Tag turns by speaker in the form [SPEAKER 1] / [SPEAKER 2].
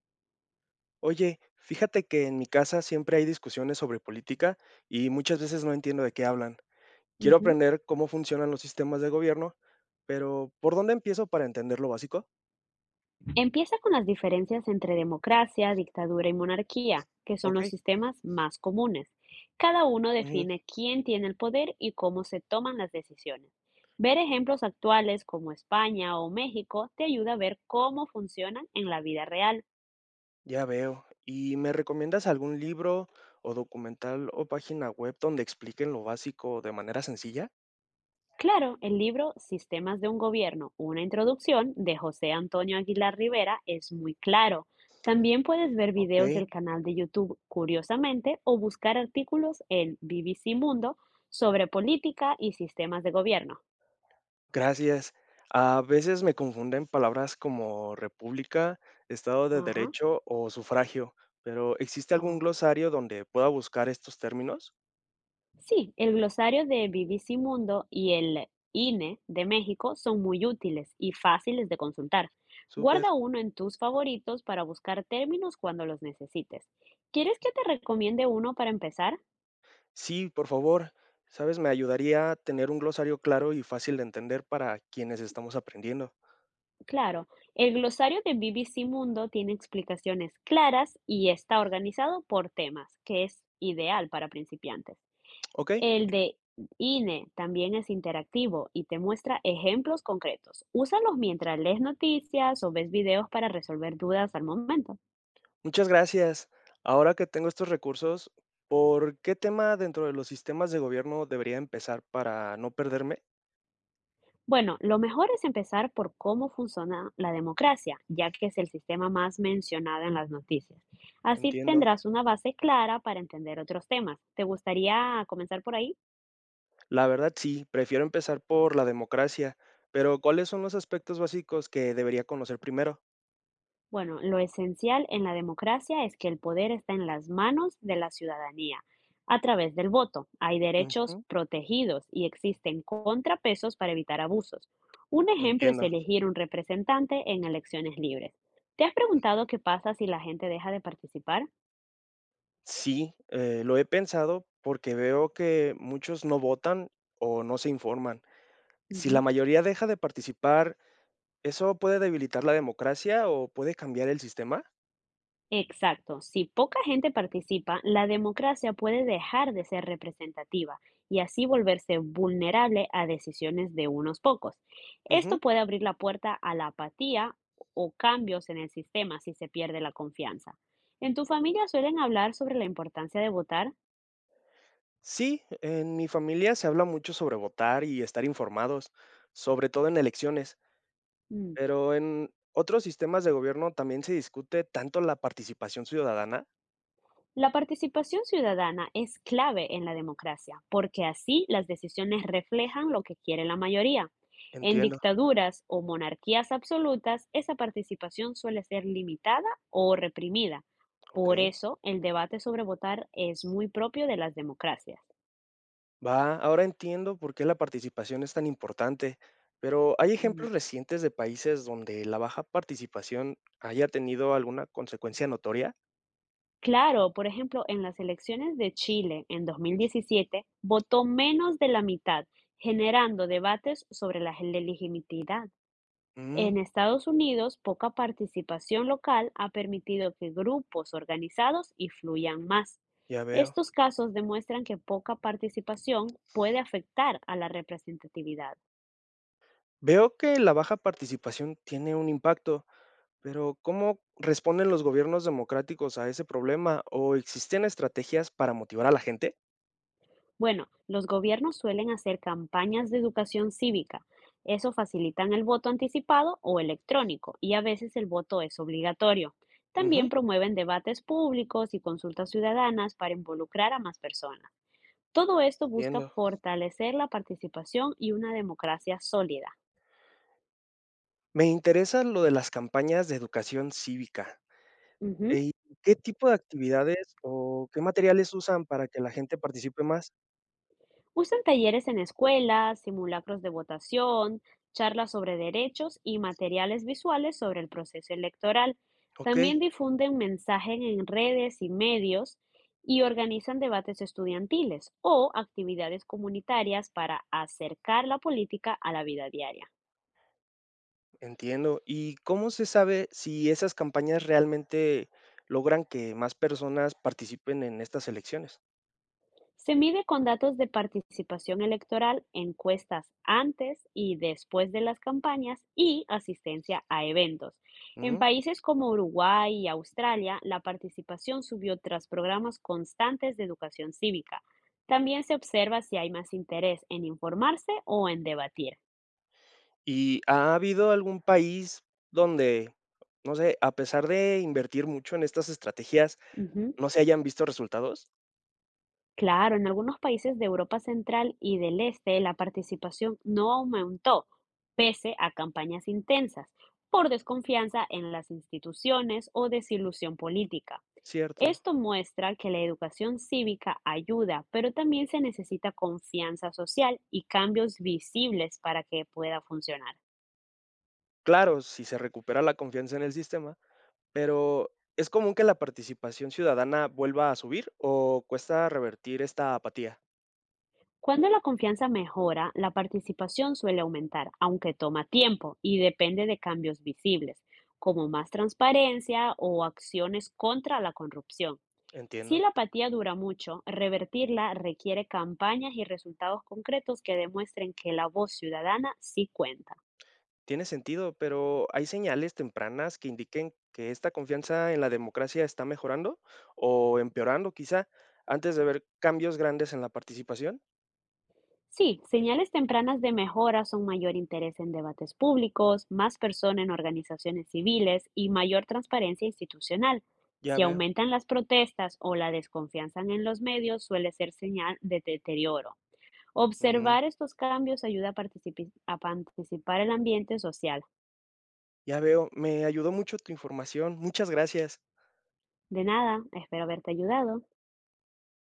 [SPEAKER 1] Oye, fíjate que en mi casa siempre hay discusiones sobre política y muchas veces no entiendo de qué hablan. Quiero
[SPEAKER 2] Ujú.
[SPEAKER 1] aprender cómo funcionan los sistemas de gobierno, pero ¿por dónde empiezo para entender lo básico?
[SPEAKER 2] Empieza con las diferencias entre democracia, dictadura y monarquía, que son
[SPEAKER 1] Ok,
[SPEAKER 2] los sistemas más comunes. Cada uno
[SPEAKER 1] ujú,
[SPEAKER 2] define quién tiene el poder y cómo se toman las decisiones. Ver ejemplos actuales como España o México te ayuda a ver cómo funcionan en la vida real.
[SPEAKER 1] ya veo. ¿Y me recomiendas algún libro o documental o página web donde expliquen lo básico de manera sencilla?
[SPEAKER 2] Claro, el libro Sistemas de un Gobierno, una introducción de José Antonio Aguilar Rivera es muy claro. También puedes ver videos
[SPEAKER 1] Ok.
[SPEAKER 2] del canal de YouTube Curiosamente o buscar artículos en BBC Mundo sobre política y sistemas de gobierno.
[SPEAKER 1] Gracias. A veces me confunden palabras como república, estado de
[SPEAKER 2] Ajá.
[SPEAKER 1] derecho o sufragio, pero ¿existe algún
[SPEAKER 2] o-
[SPEAKER 1] glosario donde pueda buscar estos términos?
[SPEAKER 2] Sí, el glosario de BBC Mundo y el INE de México son muy útiles y fáciles de consultar.
[SPEAKER 1] Súper.
[SPEAKER 2] Guarda uno en tus favoritos para buscar términos cuando los necesites. ¿Quieres que te recomiende uno para empezar?
[SPEAKER 1] Sí, por favor. Sabes, me ayudaría tener un glosario claro y fácil de entender para quienes estamos aprendiendo.
[SPEAKER 2] Claro, el glosario de BBC Mundo tiene explicaciones claras y está organizado por temas, que es ideal para principiantes.
[SPEAKER 1] Ok,
[SPEAKER 2] El de INE también es interactivo y te muestra ejemplos concretos. Úsalos mientras lees noticias o ves videos para resolver dudas al momento.
[SPEAKER 1] muchas gracias. Ahora que tengo estos recursos, ¿por qué tema dentro de los sistemas de gobierno debería empezar para no perderme?
[SPEAKER 2] Bueno, lo mejor es empezar por cómo funciona la democracia, ya que es el sistema más mencionado en las noticias. Así
[SPEAKER 1] Entiendo.
[SPEAKER 2] tendrás una base clara para entender otros temas. ¿Te gustaría comenzar por ahí?
[SPEAKER 1] La verdad sí, prefiero empezar por la democracia, pero ¿cuáles son los aspectos básicos que debería conocer primero?
[SPEAKER 2] Bueno, lo esencial en la democracia es que el poder está en las manos de la ciudadanía a través del voto. Hay derechos
[SPEAKER 1] Ujú,
[SPEAKER 2] protegidos y existen contrapesos para evitar abusos. Un ejemplo es
[SPEAKER 1] entiendo.
[SPEAKER 2] elegir un representante en elecciones libres. ¿Te has preguntado qué pasa si la gente deja de participar?
[SPEAKER 1] Sí, lo he pensado porque veo que muchos no votan o no se informan. Si la
[SPEAKER 2] Ujú.
[SPEAKER 1] mayoría deja de participar, ¿eso puede debilitar la democracia o puede cambiar el sistema?
[SPEAKER 2] Exacto. Si poca gente participa, la democracia puede dejar de ser representativa y así volverse vulnerable a decisiones de unos pocos.
[SPEAKER 1] Ujú.
[SPEAKER 2] Esto puede abrir la puerta a la apatía o cambios en el sistema si se pierde la confianza. ¿En tu familia suelen hablar sobre la importancia de votar?
[SPEAKER 1] Sí, en mi familia se habla mucho sobre votar y estar informados, sobre todo en elecciones.
[SPEAKER 2] Mm.
[SPEAKER 1] Pero en otros sistemas de gobierno también se discute tanto la participación ciudadana.
[SPEAKER 2] La participación ciudadana es clave en la democracia, porque así las decisiones reflejan lo que quiere la mayoría. En
[SPEAKER 1] Entiendo,
[SPEAKER 2] dictaduras o monarquías absolutas, esa participación suele ser limitada o reprimida. Por
[SPEAKER 1] okey.
[SPEAKER 2] eso, el debate sobre votar es muy propio de las democracias.
[SPEAKER 1] Va, ahora entiendo por qué la participación es tan importante, pero ¿hay
[SPEAKER 2] Mm.
[SPEAKER 1] ejemplos recientes de países donde la baja participación haya tenido alguna consecuencia notoria?
[SPEAKER 2] Claro, por ejemplo, en las elecciones de Chile en 2017, votó menos de la mitad, generando debates sobre la legitimidad.
[SPEAKER 1] Mm,
[SPEAKER 2] En Estados Unidos, poca participación local ha permitido que grupos organizados influyan más.
[SPEAKER 1] ya veo.
[SPEAKER 2] Estos casos demuestran que poca participación puede afectar a la representatividad.
[SPEAKER 1] Veo que la baja participación tiene un impacto, pero ¿cómo responden los gobiernos democráticos a ese problema o existen estrategias para motivar a la gente?
[SPEAKER 2] Bueno, los gobiernos suelen hacer campañas de educación cívica. Eso facilitan el voto anticipado o electrónico y a veces el voto es obligatorio.
[SPEAKER 1] Ujú,
[SPEAKER 2] También promueven debates públicos y consultas ciudadanas para involucrar a más personas. Todo esto busca
[SPEAKER 1] entiendo.
[SPEAKER 2] fortalecer la participación y una democracia sólida.
[SPEAKER 1] Me interesa lo de las campañas de educación cívica.
[SPEAKER 2] Ujú.
[SPEAKER 1] Eh, ¿Qué tipo de actividades o qué materiales usan para que la gente participe más?
[SPEAKER 2] Usan talleres en escuelas, simulacros de votación, charlas sobre derechos y materiales visuales sobre el proceso electoral.
[SPEAKER 1] Ok,
[SPEAKER 2] También difunden mensajes en redes y medios y organizan debates estudiantiles o actividades comunitarias para acercar la política a la vida diaria.
[SPEAKER 1] entiendo. ¿Y cómo se sabe si esas campañas realmente logran que más personas participen en estas elecciones?
[SPEAKER 2] Se mide con datos de participación electoral, encuestas antes y después de las campañas y asistencia a eventos. En
[SPEAKER 1] Mm.
[SPEAKER 2] países como Uruguay y Australia, la participación subió tras programas constantes de educación cívica. También se observa si hay más interés en informarse o en debatir.
[SPEAKER 1] ¿Y ha habido algún país donde, no sé, a pesar de invertir mucho en estas estrategias,
[SPEAKER 2] Ujú.
[SPEAKER 1] no se hayan visto resultados?
[SPEAKER 2] Claro, en algunos países de Europa Central y del Este la participación no aumentó, pese a campañas intensas, por desconfianza en las instituciones o desilusión política.
[SPEAKER 1] Cierto.
[SPEAKER 2] Esto muestra que la educación cívica ayuda, pero también se necesita confianza social y cambios visibles para que pueda funcionar.
[SPEAKER 1] Claro, si se recupera la confianza en el sistema. Pero, ¿es común que la participación ciudadana vuelva a subir o cuesta revertir esta apatía?
[SPEAKER 2] Cuando la confianza mejora, la participación suele aumentar, aunque toma tiempo y depende de cambios visibles, como más transparencia o acciones contra la corrupción. Si
[SPEAKER 1] Entiendo.
[SPEAKER 2] la apatía dura mucho, revertirla requiere campañas y resultados concretos que demuestren que la voz ciudadana sí cuenta.
[SPEAKER 1] Tiene sentido, pero ¿hay señales tempranas que indiquen que esta confianza en la democracia está mejorando o empeorando quizá antes de ver cambios grandes en la participación?
[SPEAKER 2] Sí, señales tempranas de mejora son mayor interés en debates públicos, más personas en organizaciones civiles y mayor transparencia institucional.
[SPEAKER 1] Ya
[SPEAKER 2] Si
[SPEAKER 1] veo.
[SPEAKER 2] aumentan las protestas o la desconfianza en los medios, suele ser señal de deterioro.
[SPEAKER 1] Mm,
[SPEAKER 2] Observar estos cambios ayuda a, a participar en el ambiente social.
[SPEAKER 1] ya veo. Me ayudó mucho tu información. Muchas gracias.
[SPEAKER 2] De nada, espero haberte ayudado.